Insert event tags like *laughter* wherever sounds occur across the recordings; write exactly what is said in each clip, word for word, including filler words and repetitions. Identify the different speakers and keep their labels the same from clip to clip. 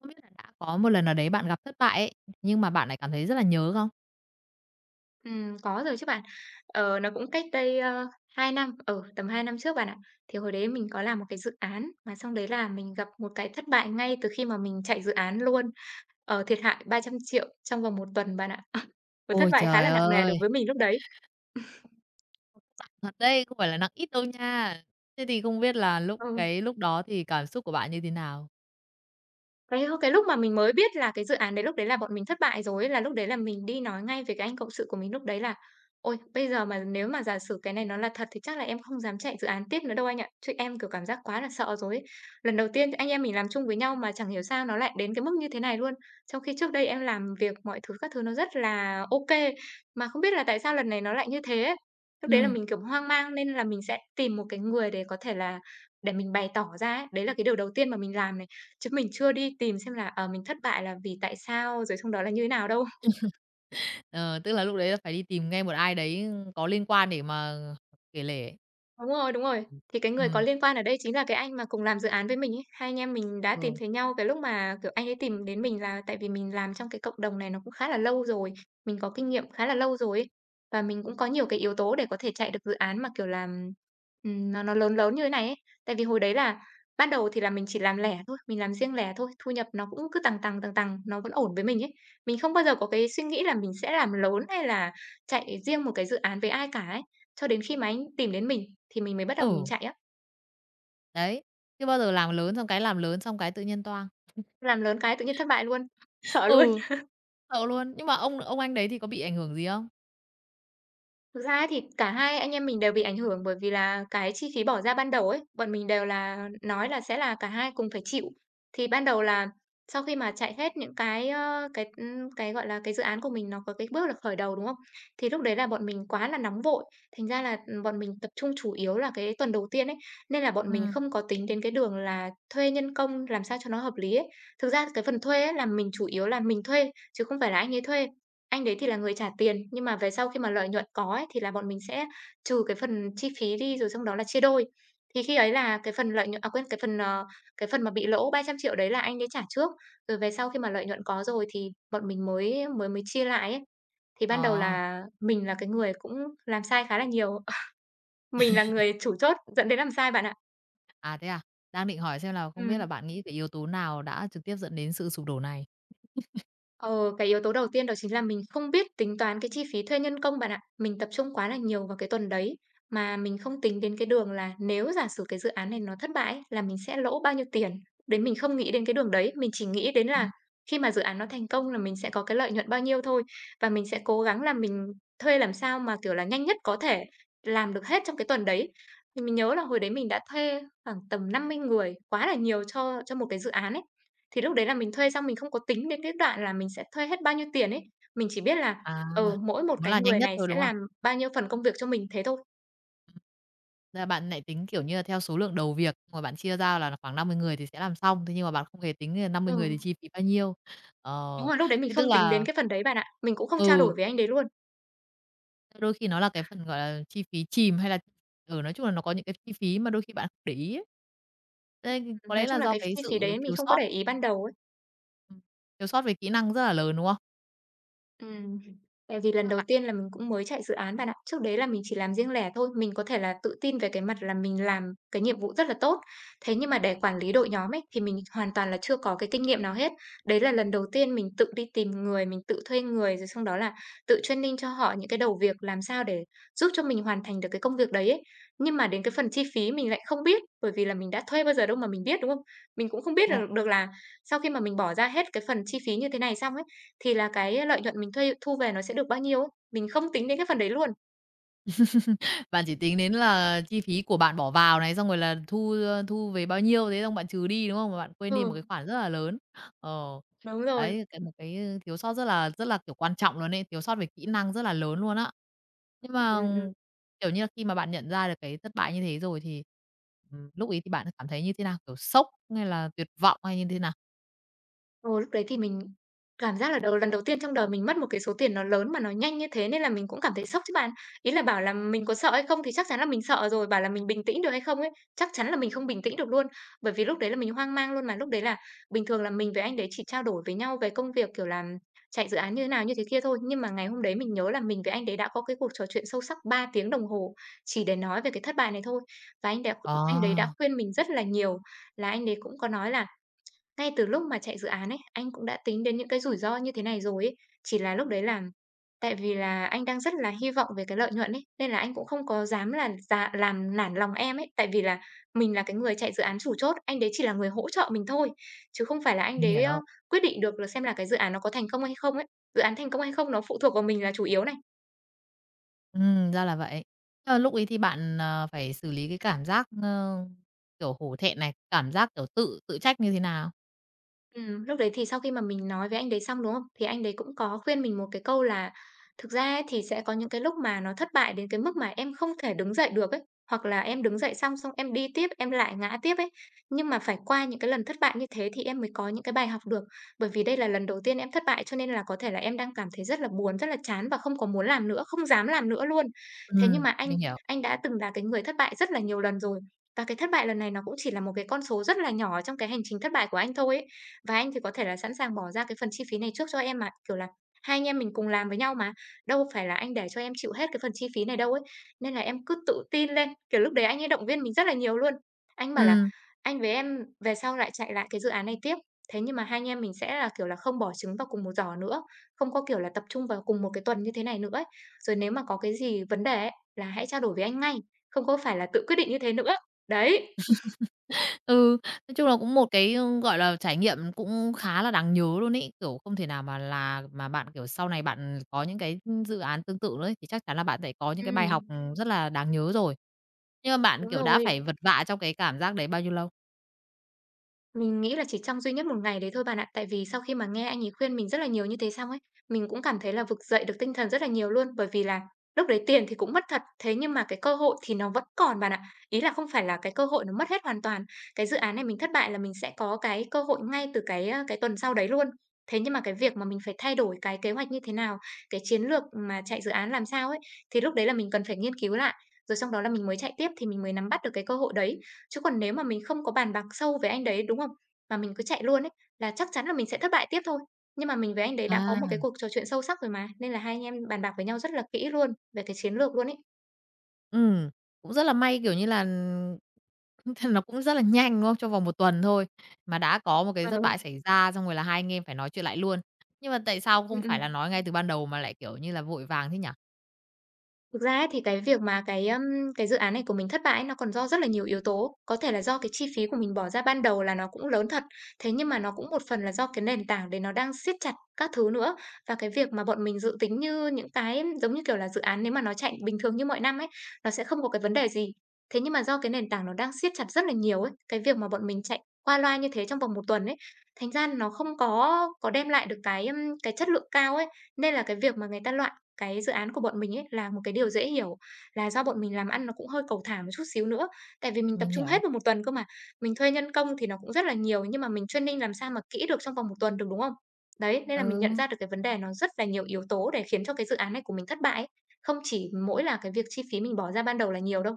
Speaker 1: Không biết là đã có một lần nào đấy bạn gặp thất bại ấy, nhưng mà bạn lại cảm thấy rất là nhớ không?
Speaker 2: Ừm, có rồi chứ bạn. Ờ, nó cũng cách đây, ơ, hai năm, ở tầm hai năm trước bạn ạ. Thì hồi đấy mình có làm một cái dự án mà xong đấy là mình gặp một cái thất bại ngay từ khi mà mình chạy dự án luôn, ờ, thiệt hại ba trăm triệu trong vòng một tuần bạn ạ. *laughs* Một thất
Speaker 1: Ôi
Speaker 2: bại khá
Speaker 1: trời
Speaker 2: là nặng nề
Speaker 1: ơi!
Speaker 2: đối với mình lúc đấy.
Speaker 1: Nặng thật đấy, không phải là nặng ít đâu nha. Thế thì không biết là lúc
Speaker 2: Ừ.
Speaker 1: cái lúc đó thì cảm xúc của bạn như thế nào?
Speaker 2: Cái cái lúc mà mình mới biết là cái dự án đấy lúc đấy là bọn mình thất bại rồi ấy, là lúc đấy là mình đi nói ngay với cái anh cộng sự của mình lúc đấy là: "Ôi, bây giờ mà nếu mà giả sử cái này nó là thật thì chắc là em không dám chạy dự án tiếp nữa đâu anh ạ. Chứ em, kiểu, cảm giác quá là sợ rồi ấy. Lần đầu tiên anh em mình làm chung với nhau mà chẳng hiểu sao nó lại đến cái mức như thế này luôn. Trong khi trước đây em làm việc mọi thứ các thứ nó rất là ok mà không biết là tại sao lần này nó lại như thế ấy." Lúc đấy là
Speaker 1: Ừm.
Speaker 2: mình, kiểu, hoang mang nên là mình sẽ tìm một cái người để có thể là để mình bày tỏ ra ấy. Đấy là cái điều đầu tiên mà mình làm này. Chứ mình chưa đi tìm xem là, ờ, mình thất bại là vì tại sao, rồi xong đó là như thế nào đâu.
Speaker 1: Ờ, tức là lúc đấy là phải đi tìm ngay một ai đấy có liên quan để mà kể lể.
Speaker 2: Đúng rồi, đúng rồi. Thì cái người có
Speaker 1: Ừm,
Speaker 2: liên quan ở đây chính là cái anh mà cùng làm dự án với mình ấy. Hai anh em mình đã tìm
Speaker 1: ừ,
Speaker 2: thấy nhau cái lúc mà, kiểu, anh ấy tìm đến mình là tại vì mình làm trong cái cộng đồng này nó cũng khá là lâu rồi, mình có kinh nghiệm khá là lâu rồi ấy. Và mình cũng có nhiều cái yếu tố để có thể chạy được dự án mà, kiểu, làm, ừm, nó nó lớn lớn như thế này ấy. Tại vì hồi đấy là ban đầu thì là mình chỉ làm lẻ thôi, mình làm riêng lẻ thôi, thu nhập nó cũng cứ tăng tăng tăng tăng nó vẫn ổn với mình ấy. Mình không bao giờ có cái suy nghĩ là mình sẽ làm lớn hay là chạy riêng một cái dự án với ai cả ấy. Cho đến khi mà anh tìm đến mình thì mình mới bắt đầu mình
Speaker 1: ừ,
Speaker 2: chạy á,
Speaker 1: đấy, chưa bao giờ làm lớn xong cái làm lớn xong cái tự nhiên toang.
Speaker 2: làm lớn cái tự nhiên thất bại luôn,
Speaker 1: *laughs*
Speaker 2: sợ luôn.
Speaker 1: Ừ, sợ luôn. Nhưng mà ông ông anh đấy thì có bị ảnh hưởng gì không?
Speaker 2: Thực ra ấy thì cả hai anh em mình đều bị ảnh hưởng bởi vì là cái chi phí bỏ ra ban đầu ấy, bọn mình đều là nói là sẽ là cả hai cùng phải chịu. Thì ban đầu là sau khi mà chạy hết những cái, ơ, cái, ưm, cái, gọi là, cái dự án của mình nó có cái bước là khởi đầu, đúng không? Thì lúc đấy là bọn mình quá là nóng vội, thành ra là, ừ, bọn mình tập trung chủ yếu là cái tuần đầu tiên ấy, nên là bọn mình
Speaker 1: Ừ,
Speaker 2: không có tính đến cái đường là thuê nhân công làm sao cho nó hợp lý ấy. Thực ra cái phần thuê ấy là mình chủ yếu là mình thuê, chứ không phải là anh ấy thuê. Anh đấy thì là người trả tiền, nhưng mà về sau khi mà lợi nhuận có ấy, thì là bọn mình sẽ trừ cái phần chi phí đi, rồi xong đó là chia đôi. Thì khi ấy là cái phần lợi nhuận à, quên, cái phần, ờ, cái phần mà bị lỗ ba trăm triệu đấy là anh đấy trả trước, rồi về sau khi mà lợi nhuận có rồi thì bọn mình mới mới mới chia lại ấy. Thì ban đầu
Speaker 1: ờ,
Speaker 2: là mình là cái người cũng làm sai khá là nhiều, *laughs* mình là người chủ chốt dẫn đến làm sai bạn ạ.
Speaker 1: à, thế à? Đang định hỏi xem là không biết là
Speaker 2: Ừm.
Speaker 1: bạn nghĩ cái yếu tố nào đã trực tiếp dẫn đến sự sụp đổ này?
Speaker 2: Ờ, cái yếu tố đầu tiên đó chính là mình không biết tính toán cái chi phí thuê nhân công bạn ạ. Mình tập trung quá là nhiều vào cái tuần đấy, mà mình không tính đến cái đường là nếu giả sử cái dự án này nó thất bại ấy, là mình sẽ lỗ bao nhiêu tiền. Đấy mình không nghĩ đến cái đường đấy, mình chỉ nghĩ đến
Speaker 1: Ừm,
Speaker 2: là khi mà dự án nó thành công là mình sẽ có cái lợi nhuận bao nhiêu thôi và mình sẽ cố gắng là mình thuê làm sao mà, kiểu là, nhanh nhất có thể, làm được hết trong cái tuần đấy. Thì mình nhớ là hồi đấy mình đã thuê khoảng tầm năm mươi người, quá là nhiều cho cho một cái dự án ấy. Thì lúc đấy là mình thuê xong mình không có tính đến cái đoạn là mình sẽ thuê hết bao nhiêu tiền ấy, mình chỉ biết là,
Speaker 1: à,
Speaker 2: ừ, mỗi một
Speaker 1: muốn
Speaker 2: cái
Speaker 1: là nhanh
Speaker 2: người
Speaker 1: nhất
Speaker 2: này
Speaker 1: thôi,
Speaker 2: sẽ
Speaker 1: đúng không?
Speaker 2: làm bao nhiêu phần công việc cho mình thế thôi.
Speaker 1: Thế là bạn lại tính, kiểu như là, theo số lượng đầu việc, xong rồi bạn chia ra là khoảng năm mươi người thì sẽ làm xong, thế nhưng mà bạn không hề tính là năm mươi người
Speaker 2: Ừ,
Speaker 1: thì chi phí bao nhiêu.
Speaker 2: đúng
Speaker 1: Ờ,
Speaker 2: rồi, lúc đấy mình
Speaker 1: thế tức
Speaker 2: không tính đến
Speaker 1: là.
Speaker 2: cái phần đấy bạn ạ, mình cũng không trao
Speaker 1: Ừ,
Speaker 2: đổi với anh đấy luôn.
Speaker 1: đôi khi nó là cái phần, gọi là, chi phí chìm hay là ừ, nói chung là nó có những cái chi phí mà đôi khi bạn không để ý ấy. Thế có
Speaker 2: Nói
Speaker 1: lẽ
Speaker 2: chung
Speaker 1: là
Speaker 2: là
Speaker 1: do
Speaker 2: cái
Speaker 1: cái
Speaker 2: chi phí
Speaker 1: sự
Speaker 2: đấy mình
Speaker 1: thiếu
Speaker 2: không có
Speaker 1: sót,
Speaker 2: để ý ban đầu ấy.
Speaker 1: ừm, thiếu sót về kỹ năng rất là lớn, đúng không?
Speaker 2: Ừm, tại vì lần đầu
Speaker 1: Các
Speaker 2: tiên là mình cũng mới chạy dự án bạn ạ. Trước đấy là mình chỉ làm riêng lẻ thôi, mình có thể là tự tin về cái mặt là mình làm cái nhiệm vụ rất là tốt. Thế nhưng mà để quản lý đội nhóm ấy thì mình hoàn toàn là chưa có cái kinh nghiệm nào hết. Đấy là lần đầu tiên mình tự đi tìm người, mình tự thuê người rồi xong đó là tự training cho họ những cái đầu việc làm sao để giúp cho mình hoàn thành được cái công việc đấy ấy. Nhưng mà đến cái phần chi phí mình lại không biết, bởi vì là mình đã thuê bao giờ đâu mà mình biết, đúng không? Mình cũng không biết được
Speaker 1: bạn
Speaker 2: được là sau khi mà mình bỏ ra hết cái phần chi phí như thế này xong ấy thì là cái lợi nhuận mình thuê thu về nó sẽ được bao nhiêu ấy, mình không tính đến cái phần đấy luôn.
Speaker 1: Bạn chỉ tính đến là chi phí của bạn bỏ vào này, xong rồi là thu, thu về bao nhiêu, thế xong bạn trừ đi, đúng không? Mà bạn quên đi một
Speaker 2: Ừ,
Speaker 1: cái khoản rất là lớn. Ờ,
Speaker 2: đúng rồi.
Speaker 1: đấy, cái một cái, thiếu sót rất là rất là, kiểu, quan trọng luôn ấy, thiếu sót về kỹ năng rất là lớn luôn á. Nhưng
Speaker 2: Ừm,
Speaker 1: mà,
Speaker 2: ừm, ừm.
Speaker 1: kiểu như là, khi mà bạn nhận ra được cái thất bại như thế rồi thì, ừm, lúc ấy thì bạn cảm thấy như thế nào? Kiểu, sốc hay là tuyệt vọng hay như thế nào?
Speaker 2: Ồ, lúc đấy thì mình cảm giác là đầu lần đầu tiên trong đời mình mất một cái số tiền nó lớn mà nó nhanh như thế nên là mình cũng cảm thấy sốc chứ bạn. Ý là bảo là mình có sợ hay không thì chắc chắn là mình sợ rồi, bảo là mình bình tĩnh được hay không ấy, chắc chắn là mình không bình tĩnh được luôn. Bởi vì lúc đấy là mình hoang mang luôn mà, lúc đấy là bình thường là mình với anh đấy chỉ trao đổi với nhau về công việc, kiểu là, chạy dự án như thế nào, như thế kia thôi. Nhưng mà ngày hôm đấy mình nhớ là mình với anh đấy đã có cái cuộc trò chuyện sâu sắc ba tiếng đồng hồ chỉ để nói về cái thất bại này thôi. Và anh đấy anh
Speaker 1: Ờ,
Speaker 2: đấy đã khuyên mình rất là nhiều, là anh đấy cũng có nói là ngay từ lúc mà chạy dự án ấy, anh cũng đã tính đến những cái rủi ro như thế này rồi ấy. Chỉ là lúc đấy là tại vì là anh đang rất là hy vọng về cái lợi nhuận ấy, nên là anh cũng không có dám là dạ làm nản lòng em ấy. Tại vì là mình là cái người chạy dự án chủ chốt, anh đấy chỉ là người hỗ trợ mình thôi, chứ không phải là anh
Speaker 1: mình
Speaker 2: đấy, ơ,
Speaker 1: hiểu.
Speaker 2: quyết định được là xem là cái dự án nó có thành công hay không ấy. Dự án thành công hay không nó phụ thuộc vào mình là chủ yếu này.
Speaker 1: Ừm, ra là vậy. Tức lúc ấy thì bạn, ờ, phải xử lý cái cảm giác, ơ, kiểu, hổ thẹn này, cảm giác, kiểu, tự tự trách như thế nào?
Speaker 2: Ừm, lúc đấy thì sau khi mà mình nói với anh đấy xong, đúng không? Thì anh đấy cũng có khuyên mình một cái câu là: "Thực ra ấy thì sẽ có những cái lúc mà nó thất bại đến cái mức mà em không thể đứng dậy được ấy, hoặc là em đứng dậy xong xong em đi tiếp, em lại ngã tiếp ấy. Nhưng mà phải qua những cái lần thất bại như thế thì em mới có những cái bài học được. Bởi vì đây là lần đầu tiên em thất bại cho nên là có thể là em đang cảm thấy rất là buồn, rất là chán và không có muốn làm nữa, không dám làm nữa luôn." Thế nhưng
Speaker 1: Ừm,
Speaker 2: mà anh
Speaker 1: mình hiểu.
Speaker 2: anh đã từng là cái người thất bại rất là nhiều lần rồi, và cái thất bại lần này nó cũng chỉ là một cái con số rất là nhỏ trong cái hành trình thất bại của anh thôi ấy. Và anh thì có thể là sẵn sàng bỏ ra cái phần chi phí này trước cho em mà, kiểu là, hai anh em mình cùng làm với nhau mà, đâu phải là anh để cho em chịu hết cái phần chi phí này đâu ấy. Nên là em cứ tự tin lên, kiểu, lúc đấy anh ấy động viên mình rất là nhiều luôn. Anh bảo là
Speaker 1: Ừm,
Speaker 2: "Anh với em về sau lại chạy lại cái dự án này tiếp, thế nhưng mà hai anh em mình sẽ là, kiểu là, không bỏ trứng vào cùng một giỏ nữa, không có, kiểu là, tập trung vào cùng một cái tuần như thế này nữa ấy. Rồi nếu mà có cái gì vấn đề ấy, là hãy trao đổi với anh ngay, không có phải là tự quyết định như thế nữa." Đấy.
Speaker 1: *laughs* ừ, nói chung là cũng một cái, ơ, gọi là, trải nghiệm cũng khá là đáng nhớ luôn ấy. Kiểu, không thể nào mà là mà bạn, kiểu, sau này bạn có những cái, dự án tương tự nữa ấy, thì chắc chắn là bạn sẽ có những cái bài học,
Speaker 2: Ừm,
Speaker 1: ừm, rất là đáng nhớ rồi. Nhưng mà bạn,
Speaker 2: đúng
Speaker 1: kiểu, đã
Speaker 2: rồi.
Speaker 1: phải vật vã trong cái cảm giác đấy bao nhiêu lâu?
Speaker 2: Mình nghĩ là chỉ trong duy nhất một ngày đấy thôi bạn ạ. Tại vì sau khi mà nghe anh ấy khuyên mình rất là nhiều như thế xong ấy, mình cũng cảm thấy là vực dậy được tinh thần rất là nhiều luôn. Bởi vì là lúc đấy tiền thì cũng mất thật, thế nhưng mà cái cơ hội thì nó vẫn còn bạn ạ. Ý là không phải là cái cơ hội nó mất hết hoàn toàn. Cái dự án này mình thất bại là mình sẽ có cái cơ hội ngay từ cái ờ, cái tuần sau đấy luôn. Thế nhưng mà cái việc mà mình phải thay đổi cái kế hoạch như thế nào, cái chiến lược mà chạy dự án làm sao ấy, thì lúc đấy là mình cần phải nghiên cứu lại. Rồi xong đó là mình mới chạy tiếp thì mình mới nắm bắt được cái cơ hội đấy. Chứ còn nếu mà mình không có bàn bạc sâu với anh đấy, đúng không? Mà mình cứ chạy luôn ấy, là chắc chắn là mình sẽ thất bại tiếp thôi. Nhưng mà mình với anh đấy đã có một
Speaker 1: À.
Speaker 2: cái cuộc trò chuyện sâu sắc rồi mà, nên là hai anh em bàn bạc với nhau rất là kỹ luôn về cái chiến lược luôn ấy.
Speaker 1: Ừm, cũng rất là may, kiểu như là, th *laughs* nó cũng rất là nhanh, đúng không? Trong vòng một tuần thôi mà đã có một cái thất bại
Speaker 2: Ừ,
Speaker 1: xảy ra, xong rồi là hai anh em phải nói chuyện lại luôn. Nhưng mà tại sao
Speaker 2: ừ,
Speaker 1: không
Speaker 2: ừ.
Speaker 1: phải là nói ngay từ ban đầu mà lại, kiểu như là, vội vàng thế nhỉ?
Speaker 2: Thực ra ấy thì cái việc mà cái, ưm, cái dự án này của mình thất bại ấy, nó còn do rất là nhiều yếu tố. Có thể là do cái chi phí của mình bỏ ra ban đầu là nó cũng lớn thật, thế nhưng mà nó cũng một phần là do cái nền tảng đấy nó đang siết chặt các thứ nữa. Và cái việc mà bọn mình dự tính như những cái giống như, kiểu là, dự án nếu mà nó chạy bình thường như mọi năm ấy, nó sẽ không có cái vấn đề gì. Thế nhưng mà do cái nền tảng nó đang siết chặt rất là nhiều ấy, cái việc mà bọn mình chạy qua loa như thế trong vòng một tuần ấy, thành ra nó không có có đem lại được cái, ưm, cái chất lượng cao ấy. Nên là cái việc mà người ta loại cái dự án của bọn mình ấy là một cái điều dễ hiểu, là do bọn mình làm ăn nó cũng hơi cầu thả một chút xíu nữa, tại vì mình tập
Speaker 1: Mình
Speaker 2: trung
Speaker 1: hiểu.
Speaker 2: hết vào một tuần cơ mà. Mình thuê nhân công thì nó cũng rất là nhiều, nhưng mà mình training làm sao mà kỹ được trong vòng một tuần được, đúng không? Đấy, nên là mình nhận
Speaker 1: Ừ,
Speaker 2: ra được cái vấn đề nó rất là nhiều yếu tố để khiến cho cái dự án này của mình thất bại ấy. Không chỉ mỗi là cái việc chi phí mình bỏ ra ban đầu là nhiều đâu.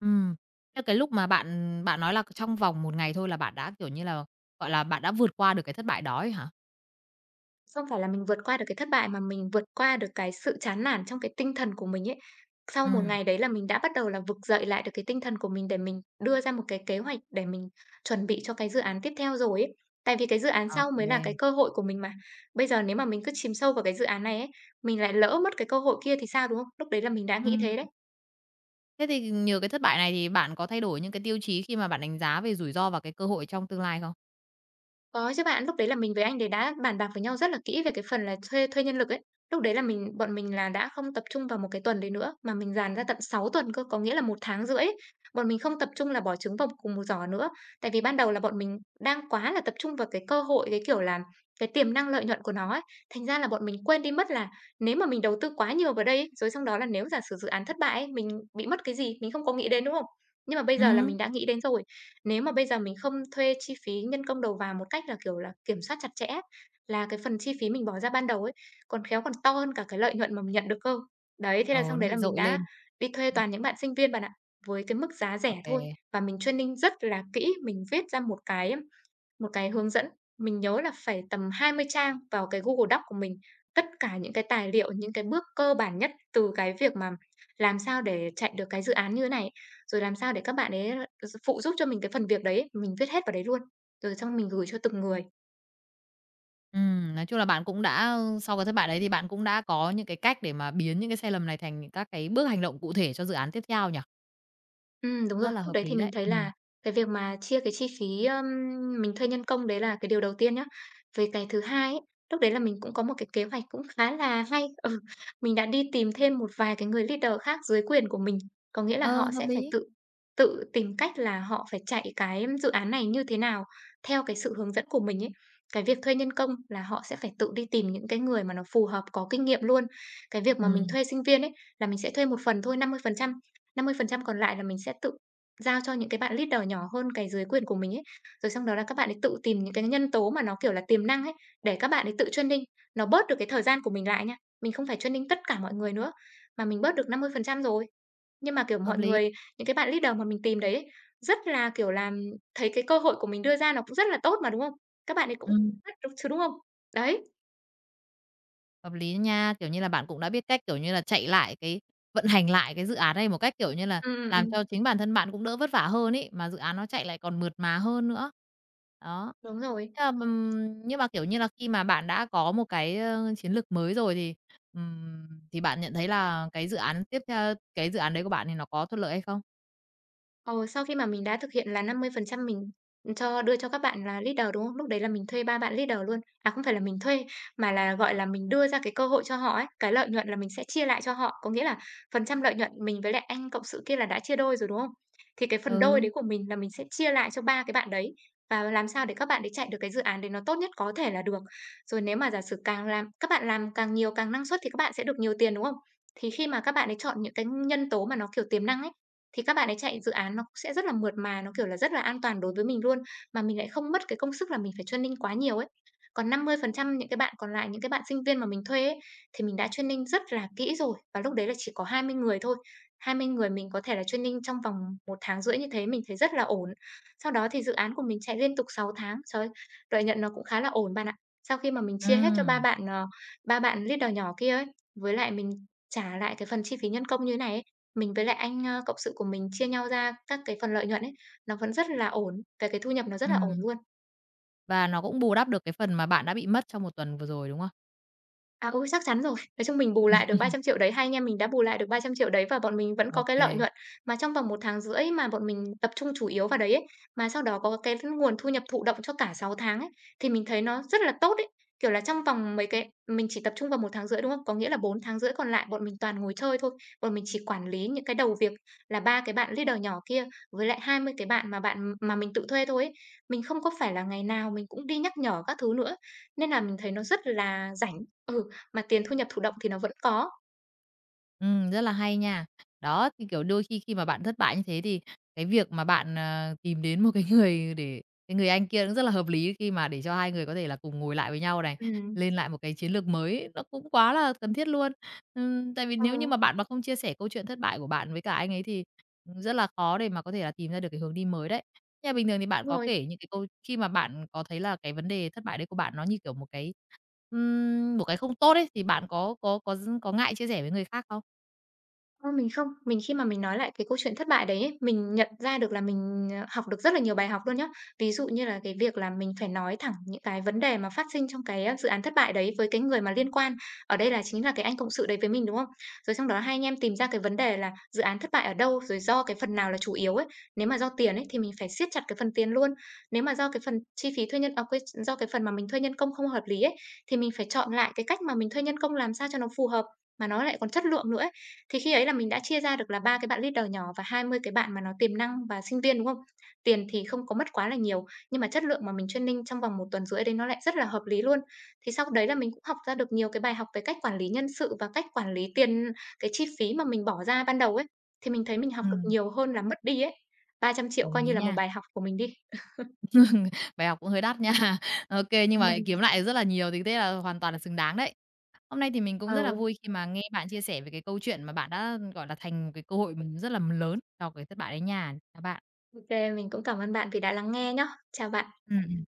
Speaker 1: ừm. Thế cái lúc mà bạn bạn nói là trong vòng một ngày thôi là bạn đã, kiểu như là, gọi là, bạn đã vượt qua được cái thất bại đó ấy hả?
Speaker 2: Không phải là mình vượt qua được cái thất bại mà mình vượt qua được cái sự chán nản trong cái tinh thần của mình ấy. Sau một
Speaker 1: Ừm,
Speaker 2: ngày đấy là mình đã bắt đầu là vực dậy lại được cái tinh thần của mình để mình đưa ra một cái kế hoạch để mình chuẩn bị cho cái dự án tiếp theo rồi ấy. Tại vì cái dự án
Speaker 1: ô
Speaker 2: sau mới là cái
Speaker 1: kê.
Speaker 2: cơ hội của mình mà. Bây giờ nếu mà mình cứ chìm sâu vào cái dự án này ấy, mình lại lỡ mất cái cơ hội kia thì sao, đúng không? Lúc đấy là mình đã nghĩ
Speaker 1: Ừm,
Speaker 2: thế đấy.
Speaker 1: thế thì nhờ cái thất bại này thì bạn có thay đổi những cái tiêu chí khi mà bạn đánh giá về rủi ro và cái cơ hội trong tương lai không?
Speaker 2: Có chứ bạn, lúc đấy là mình với anh đấy đã bàn bạc với nhau rất là kỹ về cái phần là thuê thuê nhân lực ấy. Lúc đấy là mình bọn mình là đã không tập trung vào một cái tuần đấy nữa, mà mình dàn ra tận sáu tuần cơ, có nghĩa là một tháng rưỡi ấy. Bọn mình không tập trung là bỏ trứng vào cùng một giỏ nữa, tại vì ban đầu là bọn mình đang quá là tập trung vào cái cơ hội, cái kiểu là cái tiềm năng lợi nhuận của nó ấy. Thành ra là bọn mình quên đi mất là nếu mà mình đầu tư quá nhiều vào đây ấy, rồi xong đó là nếu giả sử dự án thất bại ấy, mình bị mất cái gì, mình không có nghĩ đến, đúng không? Nhưng mà bây giờ là mình
Speaker 1: Ừm.
Speaker 2: đã nghĩ đến rồi, nếu mà bây giờ mình không thuê chi phí nhân công đầu vào một cách là, kiểu là, kiểm soát chặt chẽ là cái phần chi phí mình bỏ ra ban đầu ấy, còn khéo còn to hơn cả cái lợi nhuận mà mình nhận được cơ. Đấy, thế
Speaker 1: Ừ,
Speaker 2: là
Speaker 1: nó
Speaker 2: xong đấy là
Speaker 1: bị
Speaker 2: mình
Speaker 1: dội
Speaker 2: đã
Speaker 1: lên.
Speaker 2: đi thuê
Speaker 1: Ừm,
Speaker 2: toàn những bạn sinh viên bạn ạ, với cái mức giá rẻ thôi
Speaker 1: ô.
Speaker 2: và mình training rất là kỹ, mình viết ra một cái một cái hướng dẫn, mình nhớ là phải tầm hai mươi trang vào cái Google Docs của mình. Tất cả những cái tài liệu, những cái bước cơ bản nhất từ cái việc mà làm sao để chạy được cái dự án như thế này, rồi làm sao để các bạn ấy, ờ, phụ giúp cho mình cái phần việc đấy, mình viết hết vào đấy luôn, rồi xong mình gửi cho từng người.
Speaker 1: Ừm, nói chung là bạn cũng đã sau cái thất bại đấy thì bạn cũng đã có những cái cách để mà biến những cái sai lầm này thành những các cái bước hành động cụ thể cho dự án tiếp theo nhỉ?
Speaker 2: Ừm, đúng rồi.
Speaker 1: Rất là
Speaker 2: Lúc
Speaker 1: hợp
Speaker 2: đấy thì
Speaker 1: lý
Speaker 2: mình
Speaker 1: đấy.
Speaker 2: thấy
Speaker 1: Ừm.
Speaker 2: là cái việc mà chia cái chi phí, ưm, mình thuê nhân công đấy là cái điều đầu tiên nhá. Với cái thứ hai ấy, lúc đấy là mình cũng có một cái kế hoạch cũng khá là hay. *laughs* Ừ, mình đã đi tìm thêm một vài cái người leader khác dưới quyền của mình, có nghĩa là
Speaker 1: Ờ,
Speaker 2: họ
Speaker 1: hợp
Speaker 2: sẽ phải
Speaker 1: lý.
Speaker 2: tự tự tìm cách là họ phải chạy cái dự án này như thế nào theo cái sự hướng dẫn của mình ấy. Cái việc thuê nhân công là họ sẽ phải tự đi tìm những cái người mà nó phù hợp, có kinh nghiệm luôn. Cái việc mà mình
Speaker 1: Ừm,
Speaker 2: thuê sinh viên ấy, là mình sẽ thuê một phần thôi, năm mươi phần trăm. năm mươi phần trăm còn lại là mình sẽ tự giao cho những cái bạn leader nhỏ hơn cái dưới quyền của mình ấy. Rồi xong đó là các bạn ấy tự tìm những cái nhân tố mà nó, kiểu là, tiềm năng ấy, để các bạn ấy tự training, nó bớt được cái thời gian của mình lại nha. Mình không phải training tất cả mọi người nữa, mà mình bớt được năm mươi phần trăm rồi. Nhưng mà, kiểu,
Speaker 1: hợp
Speaker 2: mọi
Speaker 1: lý.
Speaker 2: người những cái bạn leader mà mình tìm đấy ấy, rất là, kiểu làm thấy cái cơ hội của mình đưa ra nó cũng rất là tốt mà, đúng không? Các bạn ấy cũng
Speaker 1: Ừm.
Speaker 2: rất đúng chứ, đúng không? Đấy,
Speaker 1: Hợp lý nha, kiểu như là, bạn cũng đã biết cách, kiểu như là, chạy lại cái vận hành lại cái dự án này một cách, kiểu như là,
Speaker 2: ừm, ừm,
Speaker 1: làm
Speaker 2: ừm,
Speaker 1: cho chính bản thân bạn cũng đỡ vất vả hơn ý mà dự án nó chạy lại còn mượt mà hơn nữa. Đó.
Speaker 2: đúng rồi.
Speaker 1: Thế là, ừm, nhưng mà, kiểu như là, khi mà bạn đã có một cái, ơ, chiến lược mới rồi thì, ừm, thì bạn nhận thấy là cái dự án tiếp theo cái dự án đấy của bạn thì nó có thuận lợi hay không?
Speaker 2: Ờ, sau khi mà mình đã thực hiện là năm mươi phần trăm mình cho đưa cho các bạn là leader, đúng không? Lúc đấy là mình thuê ba bạn leader luôn. À, không phải là mình thuê, mà là, gọi là, mình đưa ra cái cơ hội cho họ ấy, cái lợi nhuận là mình sẽ chia lại cho họ. Có nghĩa là phần trăm lợi nhuận mình với lại anh cộng sự kia là đã chia đôi rồi, đúng không? Thì cái phần đôi
Speaker 1: Ừ,
Speaker 2: đấy của mình là mình sẽ chia lại cho ba cái bạn đấy và làm sao để các bạn đấy chạy được cái dự án đấy nó tốt nhất có thể là được. Rồi nếu mà giả sử càng làm các bạn làm càng nhiều, càng năng suất thì các bạn sẽ được nhiều tiền, đúng không? Thì khi mà các bạn ấy chọn những cái nhân tố mà nó, kiểu, tiềm năng ấy, thì các bạn ấy chạy dự án nó cũng sẽ rất là mượt mà, nó, kiểu là, rất là an toàn đối với mình luôn, mà mình lại không mất cái công sức là mình phải training quá nhiều ấy. Còn năm mươi phần trăm những cái bạn còn lại, những cái bạn sinh viên mà mình thuê ấy, thì mình đã training rất là kỹ rồi, và lúc đấy là chỉ có hai mươi người thôi. hai mươi người mình có thể là training trong vòng một tháng rưỡi như thế mình thấy rất là ổn. Sau đó thì dự án của mình chạy liên tục sáu tháng, trời ơi, lợi nhuận nó cũng khá là ổn bạn ạ. Sau khi mà mình
Speaker 1: ừ.
Speaker 2: chia hết cho ba bạn, ờ, ba bạn leader nhỏ kia ấy, với lại mình trả lại cái phần chi phí nhân công như thế này ấy, mình với lại anh, ơ, cộng sự của mình chia nhau ra các cái phần lợi nhuận ấy, nó vẫn rất là ổn, về cái thu nhập nó rất là ổn
Speaker 1: Ừm,
Speaker 2: luôn.
Speaker 1: và nó cũng bù đắp được cái phần mà bạn đã bị mất trong một tuần vừa rồi, đúng không?
Speaker 2: À, ừ, chắc chắn rồi. Nói chung mình bù lại được ba trăm triệu đấy, hai anh em mình đã bù lại được ba trăm triệu đấy và bọn mình vẫn có cái
Speaker 1: OK.
Speaker 2: lợi nhuận. Mà trong vòng một tháng rưỡi mà bọn mình tập trung chủ yếu vào đấy ấy, mà sau đó có cái nguồn thu nhập thụ động cho cả sáu tháng ấy, thì mình thấy nó rất là tốt ấy. Kiểu là, trong vòng mấy cái mình chỉ tập trung vào một tháng rưỡi, đúng không? Có nghĩa là bốn tháng rưỡi còn lại bọn mình toàn ngồi chơi thôi. Bọn mình chỉ quản lý những cái đầu việc là ba cái bạn leader nhỏ kia với lại hai mươi cái bạn mà bạn mà mình tự thuê thôi ấy. Mình không có phải là ngày nào mình cũng đi nhắc nhở các thứ nữa, nên là mình thấy nó rất là rảnh. Ừ. Mà tiền thu nhập thụ động thì nó vẫn có.
Speaker 1: Ừm, rất là hay nha. Đó, thì, kiểu, đôi khi khi mà bạn thất bại như thế thì cái việc mà bạn, ờ, tìm đến một cái *laughs* người để cái người anh kia cũng rất là hợp lý khi mà để cho hai người có thể là cùng ngồi lại với nhau này,
Speaker 2: Ừm,
Speaker 1: lên lại một cái chiến lược mới ấy, nó cũng quá là cần thiết luôn. Ừm, tại vì
Speaker 2: ờ,
Speaker 1: nếu như mà bạn mà không chia sẻ câu chuyện thất bại của bạn với cả anh ấy thì, rất là khó để mà có thể là tìm ra được cái hướng đi mới đấy. Nhà bình thường thì bạn
Speaker 2: đúng
Speaker 1: có
Speaker 2: rồi.
Speaker 1: kể những cái câu khi mà bạn có thấy là cái vấn đề thất bại đấy của bạn nó như kiểu một cái, ừm, một cái không tốt ấy, thì bạn có có có có ngại chia sẻ với người khác không?
Speaker 2: Ơ, mình không. Mình khi mà mình nói lại cái câu chuyện thất bại đấy ấy, mình nhận ra được là mình, ờ, học được rất là nhiều bài học luôn nhá. Ví dụ như là cái việc là mình phải nói thẳng những cái vấn đề mà phát sinh trong cái, a, dự án thất bại đấy với cái người mà liên quan, ở đây là chính là cái anh cộng sự đấy với mình, đúng không? Rồi xong đó hai anh em tìm ra cái vấn đề là dự án thất bại ở đâu, rồi do cái phần nào là chủ yếu ấy. Nếu mà do tiền ấy thì mình phải siết chặt cái phần tiền luôn. Nếu mà do cái phần chi phí thuê nhân à, quên, do cái phần mà mình thuê nhân công không hợp lý ấy, thì mình phải chọn lại cái cách mà mình thuê nhân công làm sao cho nó phù hợp, mà nó lại còn chất lượng nữa ấy. Thì khi ấy là mình đã chia ra được là ba cái bạn leader nhỏ và hai mươi cái bạn mà nó tiềm năng và sinh viên, đúng không? Tiền thì không có mất quá là nhiều, nhưng mà chất lượng mà mình training trong vòng một tuần rưỡi đấy nó lại rất là hợp lý luôn. Thì sau đấy là mình cũng học ra được nhiều cái bài học về cách quản lý nhân sự và cách quản lý tiền cái chi phí mà mình bỏ ra ban đầu ấy, thì mình thấy mình học được
Speaker 1: Ừm,
Speaker 2: nhiều hơn là mất đi ấy. Ba trăm triệu
Speaker 1: đồng
Speaker 2: coi như
Speaker 1: ý
Speaker 2: là một
Speaker 1: nha.
Speaker 2: bài học của mình đi. *laughs*
Speaker 1: *laughs* Bài học cũng hơi đắt nha. *laughs* OK, nhưng mà kiếm
Speaker 2: Ừm.
Speaker 1: lại rất là nhiều thì thế là hoàn toàn là xứng đáng đấy. Hôm nay thì mình cũng rất là
Speaker 2: Ờ,
Speaker 1: vui khi mà nghe bạn chia sẻ về cái câu chuyện mà bạn đã, gọi là, thành một cái cơ hội mình rất là lớn cho cái thất bại đấy nha. Các bạn.
Speaker 2: ô mình cũng cảm ơn bạn vì đã lắng nghe nhá. Chào bạn.
Speaker 1: Ừm,